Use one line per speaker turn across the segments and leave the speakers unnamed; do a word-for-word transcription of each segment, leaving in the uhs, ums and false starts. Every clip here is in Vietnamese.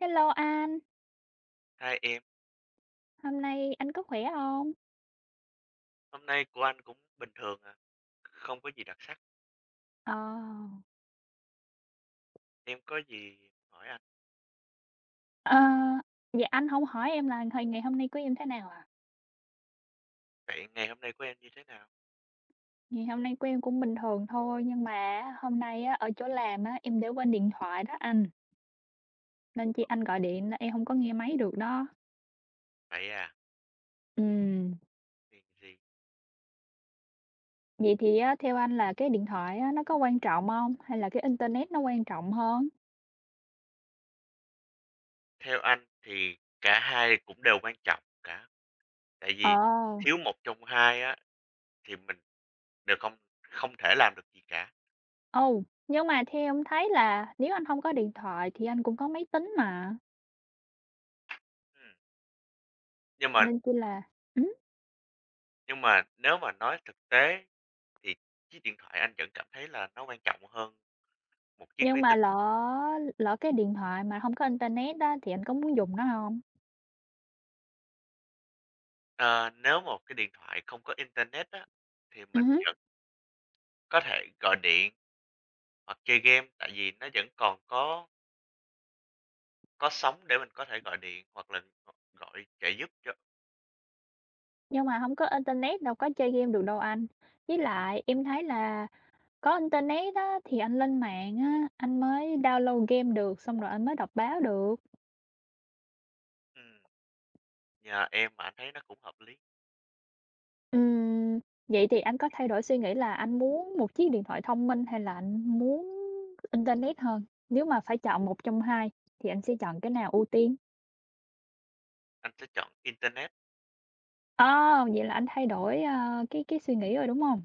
Hello anh,
Hai em,
hôm nay anh có khỏe không?
hôm nay của anh cũng bình thường à, không có gì đặc sắc.
Ờ,
Em có gì muốn hỏi anh?
ờ, vậy anh không hỏi em là hồi ngày hôm nay của em thế nào à?
Vậy ngày hôm nay của em như thế nào?
Ngày hôm nay của em cũng bình thường thôi, nhưng mà hôm nay á, ở chỗ làm á, em để quên điện thoại đó anh, nên chị anh gọi điện là em không có nghe máy được đó.
Vậy à,
Ừ,
chuyện gì?
vậy thì á, theo anh là cái điện thoại á, nó có quan trọng không? Hay là cái internet nó quan trọng hơn?
Theo anh thì cả hai cũng đều quan trọng cả. Tại
Ờ,
vì thiếu một trong hai á thì mình đều không không thể làm được gì cả.
ừ, nhưng mà theo em thấy là nếu anh không có điện thoại thì anh cũng có máy tính mà,
Ừ. Nhưng mà
nên chỉ là.
nhưng mà nếu mà nói thực tế thì chiếc điện thoại anh vẫn cảm thấy là nó quan trọng hơn một chiếc
Nhưng
máy
mà
tính.
lỡ lỡ cái điện thoại mà hông có internet á, thì anh có muốn dùng nó hông?
Ờ, nếu một cái điện thoại không có internet á thì
Ừm
mình
hứm.
có thể gọi điện hoặc chơi game, tại vì nó vẫn còn có có sóng để mình có thể gọi điện hoặc là g gọi trợ giúp cho.
Nhưng mà hông có internet đâu có chơi game được đâu anh. Với lại em thấy là có internet á, thì anh lên mạng á, anh mới download game được, xong rồi anh mới đọc báo được.
ừm, Nhờ em mà anh thấy nó cũng hợp lý,
Ừm, vậy thì anh có thay đổi suy nghĩ là anh muốn một chiếc điện thoại thông minh hay là anh muốn internet hơn? Nếu mà phải chọn một trong hai thì anh sẽ chọn cái nào ưu tiên?
anh sẽ chọn internet,
Ờ, vậy là anh thay đổi, ờ, cái cái suy nghĩ rồi, đúng hông?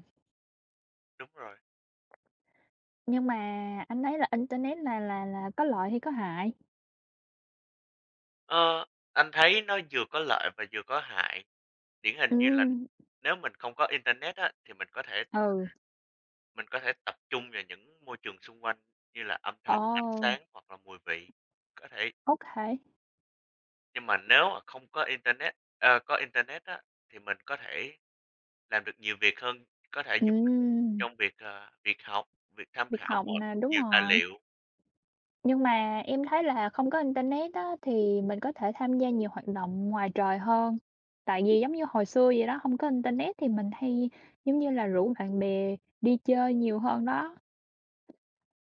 đúng rồi.
Nhưng mà anh thấy là internet là là là có lợi hay có hại?
Ờ, anh thấy nó vừa có lợi và vừa có hại, điển hình như là
Ừm.
nếu mình không có internet á, thì mình có thể
Ừ,
mình có thể tập trung vào những môi trường xung quanh như là âm
ồ,
thanh, ánh sáng hoặc là mùi vị, có thể.
ô kê.
Nhưng mà nếu mà không có internet ờ, có internet á, thì mình có thể làm được nhiều việc hơn, có thể giúp mình
Ừm,
trong việc, ờ, việc học, việc tham
việc
khảo
học
một
nè, đúng
nhiều tài
rồi.
liệu.
Nhưng mà em thấy là không có internet á, thì mình có thể tham gia nhiều hoạt động ngoài trời hơn. Tại vì giống như hồi xưa vậy đó, không có internet thì mình hay, giống như là, rủ bạn bè đi chơi nhiều hơn đó.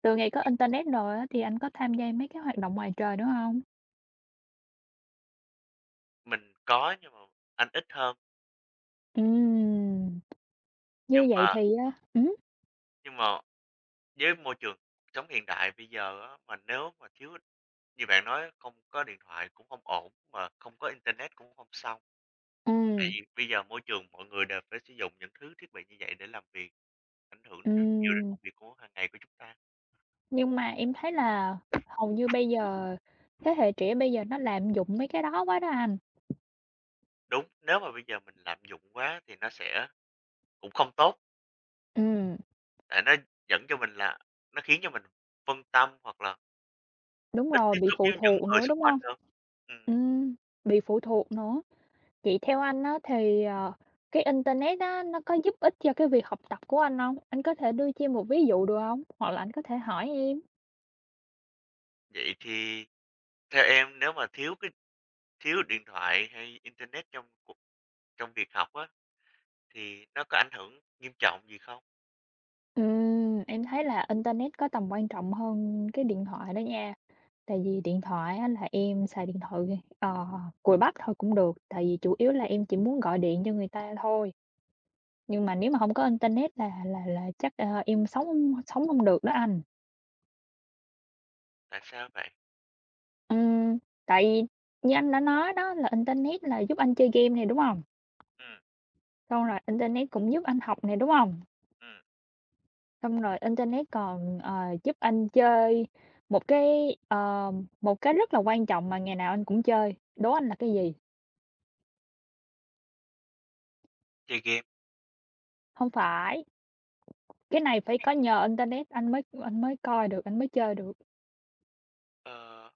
Từ ngày có internet rồi á, thì anh có tham gia mấy cái hoạt động ngoài trời nữa không?
Mình có nhưng mà anh ít hơn.
Ừm,
Nhưng
như vậy
mà
thì á ừm?
nhưng mà với môi trường sống hiện đại bây giờ á, mà nếu mà thiếu như bạn nói không có điện thoại cũng không ổn, mà không có internet cũng không xong. Tại
Ừm.
vì bây giờ môi trường mọi người đều phải sử dụng những thứ thiết bị như vậy để làm việc, ảnh hưởng rất nhiều đến
Ừm,
công việc của hàng ngày của chúng ta.
nhưng mà em thấy là hầu như bây giờ thế hệ trẻ bây giờ nó lạm dụng mấy cái đó quá đó anh.
Đúng, nếu mà bây giờ mình lạm dụng quá thì nó sẽ cũng không tốt.
Ừm,
Tại nó dẫn cho mình là nó khiến cho mình phân tâm hoặc là
đúng
ít
rồi,
tiếp
bị
xúc
phụ
với những
thuộc
người
nữa,
xung
đúng
quanh
không?
hơn. Ừm,
Ừm, bị phụ thuộc nữa. Vậy theo anh á thì, ờ, cái internet á nó có giúp ích cho cái việc học tập của anh không? Anh có thể đưa cho em một ví dụ được không? Hoặc là anh có thể hỏi em.
vậy thì theo em nếu mà thiếu cái thiếu điện thoại hay internet trong cuộc trong việc học á, thì nó có ảnh hưởng nghiêm trọng gì không?
Ừm, em thấy là internet có tầm quan trọng hơn cái điện thoại đó nha. Tại vì điện thoại á là em xài điện thoại, ờ, cùi bắp thôi cũng được, tại vì chủ yếu là em chỉ muốn gọi điện cho người ta thôi. Nhưng mà nếu mà không có internet là là là chắc, ờ, em sống sống không được đó anh.
Tại sao vậy?
Ừm, tại vì như anh đã nói đó là internet là giúp anh chơi game này đúng không?
Ừm,
Xong rồi internet cũng giúp anh học này đúng không?
ừm,
Xong rồi internet còn, ờ, giúp anh chơi một cái, ờ, một cái rất là quan trọng mà ngày nào anh cũng chơi, đố anh là cái gì?
chơi game,
Không phải. Cái này phải có nhờ internet anh mới anh mới coi được, anh mới chơi được.
ờ,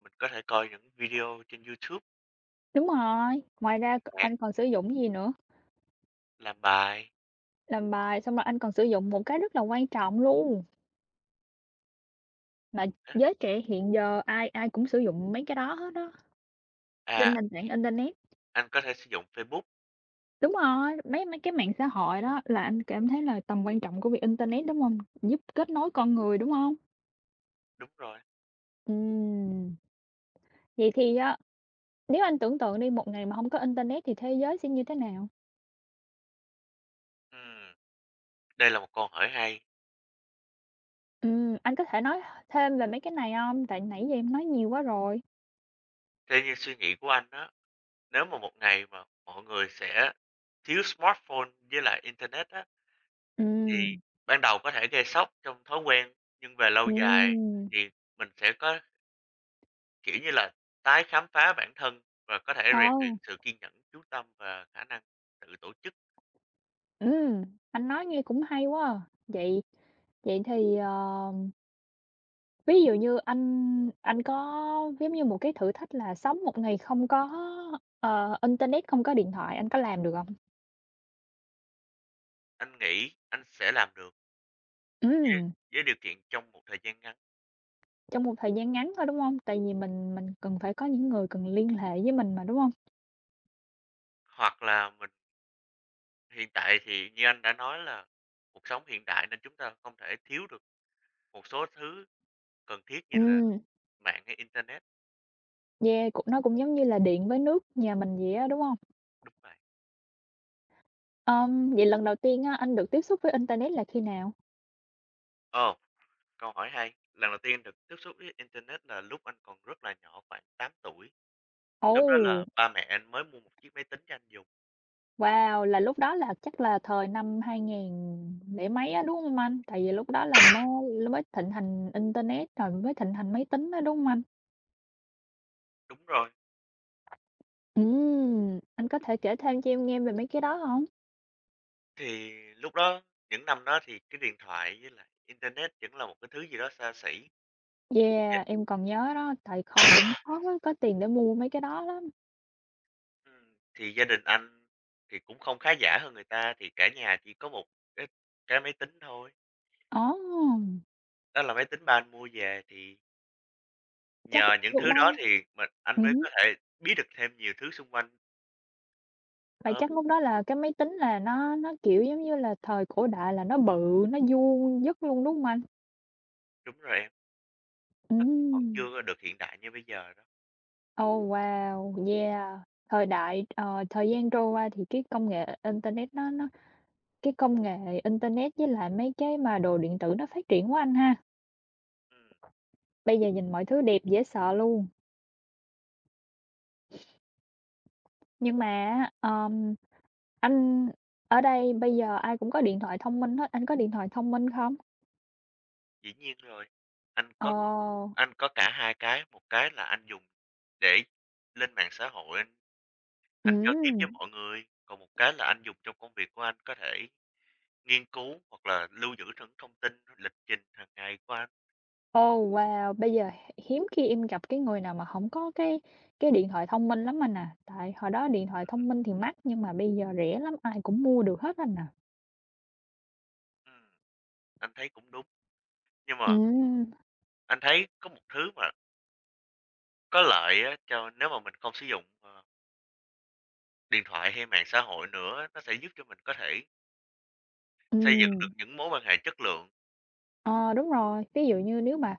mình có thể coi những video trên YouTube,
Đúng rồi, ngoài ra c
nhạc,
anh còn sử dụng gì nữa,
làm bài.
làm bài xong rồi anh còn sử dụng một cái rất là quan trọng luôn, mà
À,
giới trẻ hiện giờ ai ai cũng sử dụng mấy cái đó hết á, trên
à,
nền tảng internet.
anh có thể sử dụng Facebook,
Đúng rồi, mấy mấy cái mạng xã hội đó là anh cảm thấy là tầm quan trọng của việc internet, đúng hông? Giúp kết nối con người, đúng hông?
đúng rồi.
Ừm, vậy thì á, nếu anh tưởng tượng đi, một ngày mà hông có internet thì thế giới sẽ như thế nào?
Ừm, đây là một câu hỏi hay.
Ừm, anh có thể nói thêm về mấy cái này không? Tại nãy giờ em nói nhiều quá rồi.
Thế nhưng suy nghĩ của anh á, nếu mà một ngày mà mọi người sẽ thiếu smartphone với lại internet á, thì
Ừm.
ban đầu có thể gây sốc trong thói quen, nhưng về lâu dài
Ừm.
thì mình sẽ có, kiểu như là, tái khám phá bản thân và có thể rèn luyện
Ồ,
sự kiên nhẫn, chú tâm và khả năng tự tổ chức.
ừm, anh nói nghe cũng hay quá à. Vậy vậy thì, ờ, ví dụ như anh anh có giống như một cái thử thách là sống một ngày không có, ờ, internet, không có điện thoại, anh có làm được không?
Anh nghĩ anh sẽ làm được với
Ừm,
với điều kiện trong một thời gian ngắn.
trong một thời gian ngắn thôi, đúng không? Tại vì mình mình cần phải có những người cần liên hệ với mình mà, đúng không?
Hoặc là mình hiện tại thì như anh đã nói là cuộc sống hiện đại nên chúng ta không thể thiếu được một số thứ cần thiết như là
Ừm.
mạng hay internet.
Yeah, cũng nó cũng giống như là điện với nước nhà mình vậy á, đúng không?
Đúng vậy.
Ờm, vậy lần đầu tiên á, anh được tiếp xúc với internet là khi nào?
Ồ, câu hỏi hay. Lần đầu tiên được tiếp xúc với internet là lúc anh còn rất là nhỏ, khoảng tám tuổi.
Ồ,
Lúc đó là ba mẹ anh mới mua một chiếc máy tính cho anh dùng.
wow, là lúc đó là chắc là thời năm hai nghìn lẻ mấy á, đúng không anh? Tại vì lúc đó là mới mới thịnh hành internet rồi mới thịnh hành máy tính á, đúng không anh?
Đúng rồi.
Ừm, anh có thể kể thêm cho em nghe về mấy cái đó không?
Thì lúc đó, những năm đó thì cái điện thoại với lại internet vẫn là một cái thứ gì đó xa xỉ. Dạ.
Yeah, em còn nhớ đó, tại kho cũng khó có tiền để mua mấy cái đó lắm.
Ừm, Thì gia đình anh thì cũng không khá giả hơn người ta, thì cả nhà chỉ có một cái, cái máy tính thôi.
Ồ,
Đó là máy tính ba anh mua về thì
chắc
nhờ những
lúc
thứ đó
đó
thì mình anh mới
ừm.
có thể biết được thêm nhiều thứ xung quanh
Vậy
hơn.
chắc lúc đó là cái máy tính là nó nó, kiểu, giống như là thời cổ đại là nó bự, nó vuông vức luôn, đúng không anh?
Đúng rồi em. Nó còn
Ừm.
chưa được hiện đại như bây giờ đó.
Oh, wow, yeah. Thời đại ờ, thời gian trôi qua thì cái công nghệ internet nó nó cái công nghệ internet với lại mấy cái mà đồ điện tử nó phát triển quá anh ha.
Ừm,
Bây giờ nhìn mọi thứ đẹp dễ sợ luôn. Nhưng mà á, ờm, anh ở đây bây giờ ai cũng có điện thoại thông minh hết, anh có điện thoại thông minh không?
dĩ nhiên rồi, anh
Ờ,
có anh có cả hai cái, một cái là anh dùng để lên mạng xã hội, anh anh giao tiếp với
ừm.
mọi người, còn một cái là anh dùng trong công việc của anh, có thể nghiên cứu hoặc là lưu giữ những thông tin, lịch trình hàng ngày của anh.
Ồ, wow! Bây giờ hiếm khi em gặp cái người nào mà hổng có cái cái điện thoại thông minh lắm anh à. Tại hồi đó điện thoại thông minh thì mắc, nhưng mà bây giờ rẻ lắm, ai cũng mua được hết anh à.
Ừm, anh thấy cũng đúng, nhưng mà
Ừm,
anh thấy có một thứ mà có lợi á, cho nếu mà mình không sử dụng, ờ, điện thoại hay mạng xã hội nữa, nó sẽ giúp cho mình có thể xây dựng được
ừm.
những mối quan hệ chất lượng.
Ờ, đúng rồi. Ví dụ như nếu mà,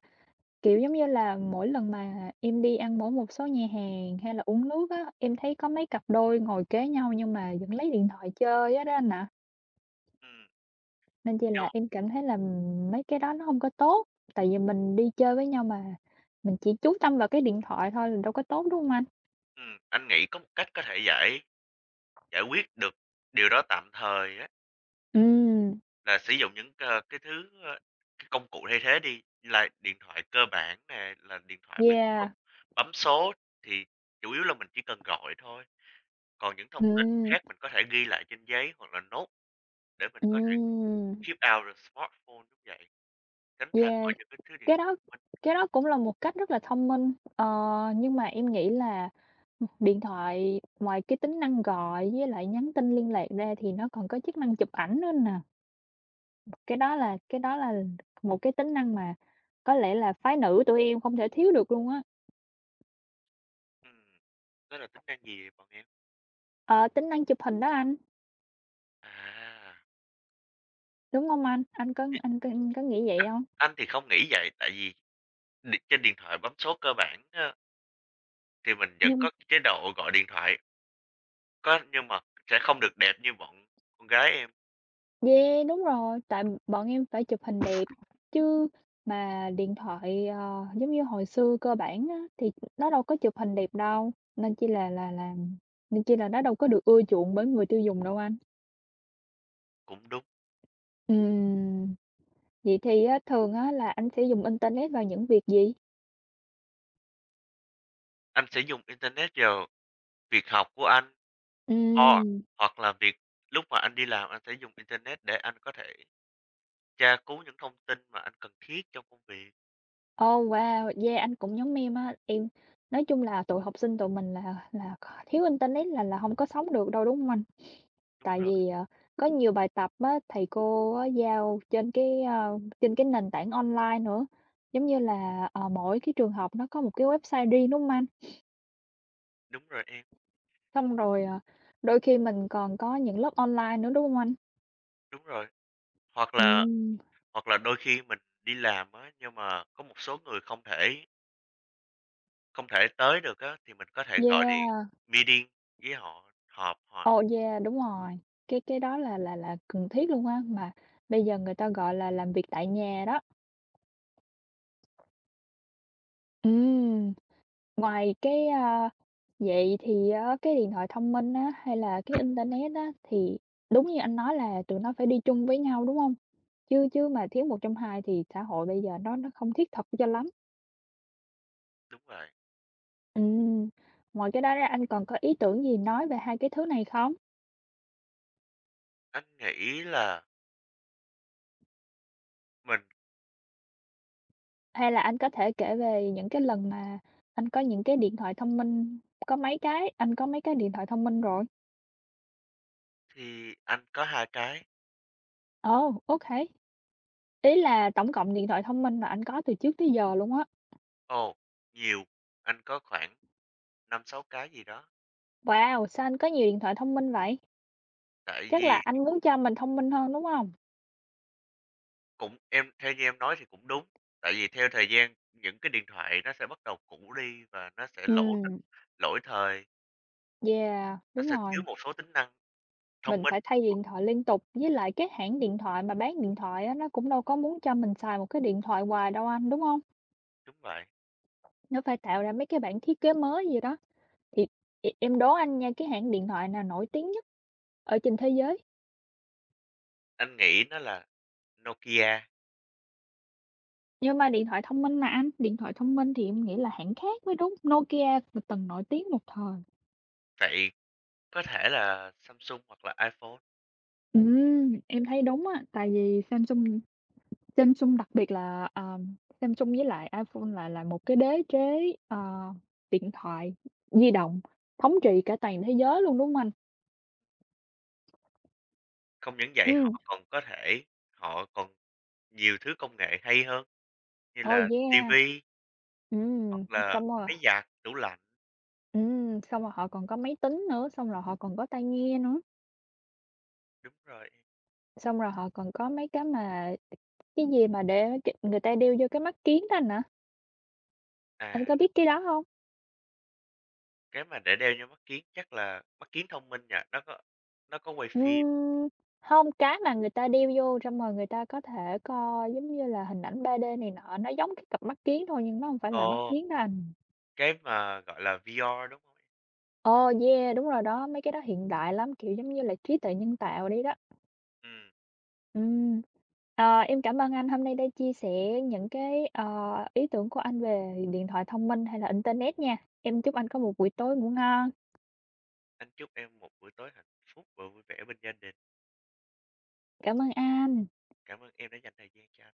kiểu, giống như là, mỗi lần mà em đi ăn mỗi một số nhà hàng hay là uống nước á, em thấy có mấy cặp đôi ngồi kế nhau nhưng mà vẫn lấy điện thoại chơi hết á anh ạ.
Ừm,
Nên chỉ
chứ.
là em cảm thấy là mấy cái đó nó hông có tốt, tại vì mình đi chơi với nhau mà mình chỉ chú tâm vào cái điện thoại thôi là đâu có tốt, đúng hông anh?
Ừm, anh nghĩ có một cách có thể giải giải quyết được điều đó tạm thời á,
Ừm,
là sử dụng những, ờ, cái thứ, ơ, cái công cụ thay thế đi, là điện thoại cơ bản nè, là điện thoại mà chỉ còn
yeah,
bấm số thì chủ yếu là mình chỉ cần gọi thôi, còn những thông tin
ừm,
khác mình có thể ghi lại trên giấy hoặc là nốt để mình có thể
ừm,
keep out the smartphone, đúng vậy, tránh ra
yeah,
khỏi những cái thứ điện
cái
thoại
đó
thông minh.
cái đó cũng là một cách rất là thông minh. Ờ, nhưng mà em nghĩ là, ừm, điện thoại ngoài cái tính năng gọi với lại nhắn tin liên lạc ra thì nó còn có chức năng chụp ảnh nữa nè, cái đó là cái đó là một cái tính năng mà có lẽ là phái nữ tụi em không thể thiếu được luôn á.
Ừm, đó là tính năng gì vậy bọn em?
Ờ, tính năng chụp hình đó anh,
À,
đúng không anh? Anh có
thì
anh có anh có nghĩ vậy
anh
không?
anh thì không nghĩ vậy, tại vì điện trên điện thoại bấm số cơ bản, ờ, thì mình vẫn
Nhưng
có chế độ gọi điện thoại, có nhưng mà sẽ không được đẹp như bọn con gái em.
yeah, đúng rồi, tại bọn em phải chụp hình đẹp, chứ mà điện thoại, ờ, giống như hồi xưa cơ bản á, thì nó đâu có chụp hình đẹp đâu, nên chỉ là là là nên chỉ là nó đâu có được ưa chuộng bởi người tiêu dùng đâu anh.
Cũng đúng,
Ừm, vậy thì á, thường á là anh sẽ dùng internet vào những việc gì?
anh sẽ dùng internet vào việc học của anh, o
Ừm.
hoặc là việc lúc mà anh đi làm anh sẽ dùng internet để anh có thể tra cứu những thông tin mà anh cần thiết trong công việc.
Oh, wow! Yeah, anh cũng giống em á, em nói chung là tụi học sinh tụi mình là là thiếu internet là là không có sống được đâu, đúng không anh?
Đúng
Tại
rồi,
vì, ờ, có nhiều bài tập á, thầy cô á giao trên cái, ơ, trên cái nền tảng online nữa. Giống như là, ờ, mỗi cái trường học nó có một cái website riêng, đúng không anh?
đúng rồi em,
Xong rồi, ờ, đôi khi mình còn có những lớp online nữa, đúng không anh?
đúng rồi. Hoặc là
Ừm.
hoặc là đôi khi mình đi làm á, nhưng mà có một số người không thể không thể tới được á, thì mình có thể gọi điện
Yeah,
meeting với họ, họp họ
oh, yeah, đúng rồi, cái cái đó là là là cần thiết luôn á, mà bây giờ người ta gọi là làm việc tại nhà đó. Ừm, ngoài cái, a vậy thì á cái điện thoại thông minh á, hay là cái internet á, thì đúng như anh nói là tụi nó phải đi chung với nhau, đúng không? Chứ chứ mà thiếu một trong hai thì xã hội bây giờ nó nó không thiết thực cho lắm.
đúng rồi.
Ừm, ngoài cái đó ra anh còn có ý tưởng gì nói về hai cái thứ này không?
Anh nghĩ là mình.
Hay là anh có thể kể về những cái lần mà anh có những cái điện thoại thông minh có mấy cái, anh có mấy cái điện thoại thông minh rồi?
Thì anh có hai cái.
Ồ, ô kê. Ý là tổng cộng điện thoại thông minh mà anh có từ trước tới giờ luôn á.
Ồ, nhiều, anh có khoảng năm sáu cái gì đó,
Wow! Sao anh có nhiều điện thoại thông minh vậy?
tại
Chắc là
vì
anh muốn cho mình thông minh hơn, đúng không?
cũng em theo như em nói thì cũng đúng, tại vì theo thời gian những cái điện thoại nó sẽ bắt đầu cũ đi và nó sẽ lỗ
Ừm,
lỗi thời,
yeah,
nó
đúng
sẽ thiếu
rồi,
một số tính năng thông
mình
minh.
phải thay điện thoại liên tục, với lại cái hãng điện thoại mà bán điện thoại á, nó cũng đâu có muốn cho mình xài một cái điện thoại hoài đâu anh, đúng không?
Đúng vậy,
Nó phải tạo ra mấy cái bản thiết kế mới gì đó, thì e em đố anh nha, cái hãng điện thoại nào nổi tiếng nhất ở trên thế giới?
anh nghĩ nó là Nokia,
Nhưng mà điện thoại thông minh mà anh, điện thoại thông minh thì em nghĩ là hãng khác mới đúng, Nokia từng nổi tiếng một thời.
vậy có thể là Samsung hoặc là iPhone.
Ừ, em thấy đúng á, tại vì Samsung Samsung đặc biệt là, à, Samsung với lại iPhone là là một cái đế chế, ờ, điện thoại di động thống trị cả toàn thế giới luôn, đúng không anh?
Không những vậy
Ừ,
họ còn có thể họ còn nhiều thứ công nghệ hay hơn như
oh,
là ti
yeah,
hoặc
ừm,
là
xong rồi
máy giặt, tủ lạnh.
ừm, xong rồi họ còn có máy tính nữa, xong rồi họ còn có tai nghe nữa,
Đúng rồi.
xong rồi họ còn có mấy cái mà cái gì mà để k người ta đeo vô cái mắt kiến đó anh hả? Anh
À,
có biết cái đó không?
cái mà để đeo vô mắt kiếng chắc là mắt kiếng thông minh nhỉ? Nó có nó có quay phim.
Ừm, hông, cái mà người ta đeo vô xong rồi người ta có thể coi giống như là hình ảnh ba đê này nọ, nó giống cái cặp mắt kiến thôi nhưng nó không phải là mắt
Ồ,
kiến đó anh.
cái mà, gọi là, vi a, đúng hông?
Ờ, yeah, đúng rồi đó, mấy cái đó hiện đại lắm, kiểu, giống như là trí tuệ nhân tạo đi đó.
Ừm,
Ừm, ờ, em cảm ơn anh hôm nay đã chia sẻ những cái, ờ, ý tưởng của anh về điện thoại thông minh hay là internet nha. Em chúc anh có một buổi tối ngủ ngon.
anh chúc em một buổi tối hạnh phúc và vui vẻ bên gia đình.
Cảm ơn anh.
Cảm ơn em đã dành thời gian cho anh.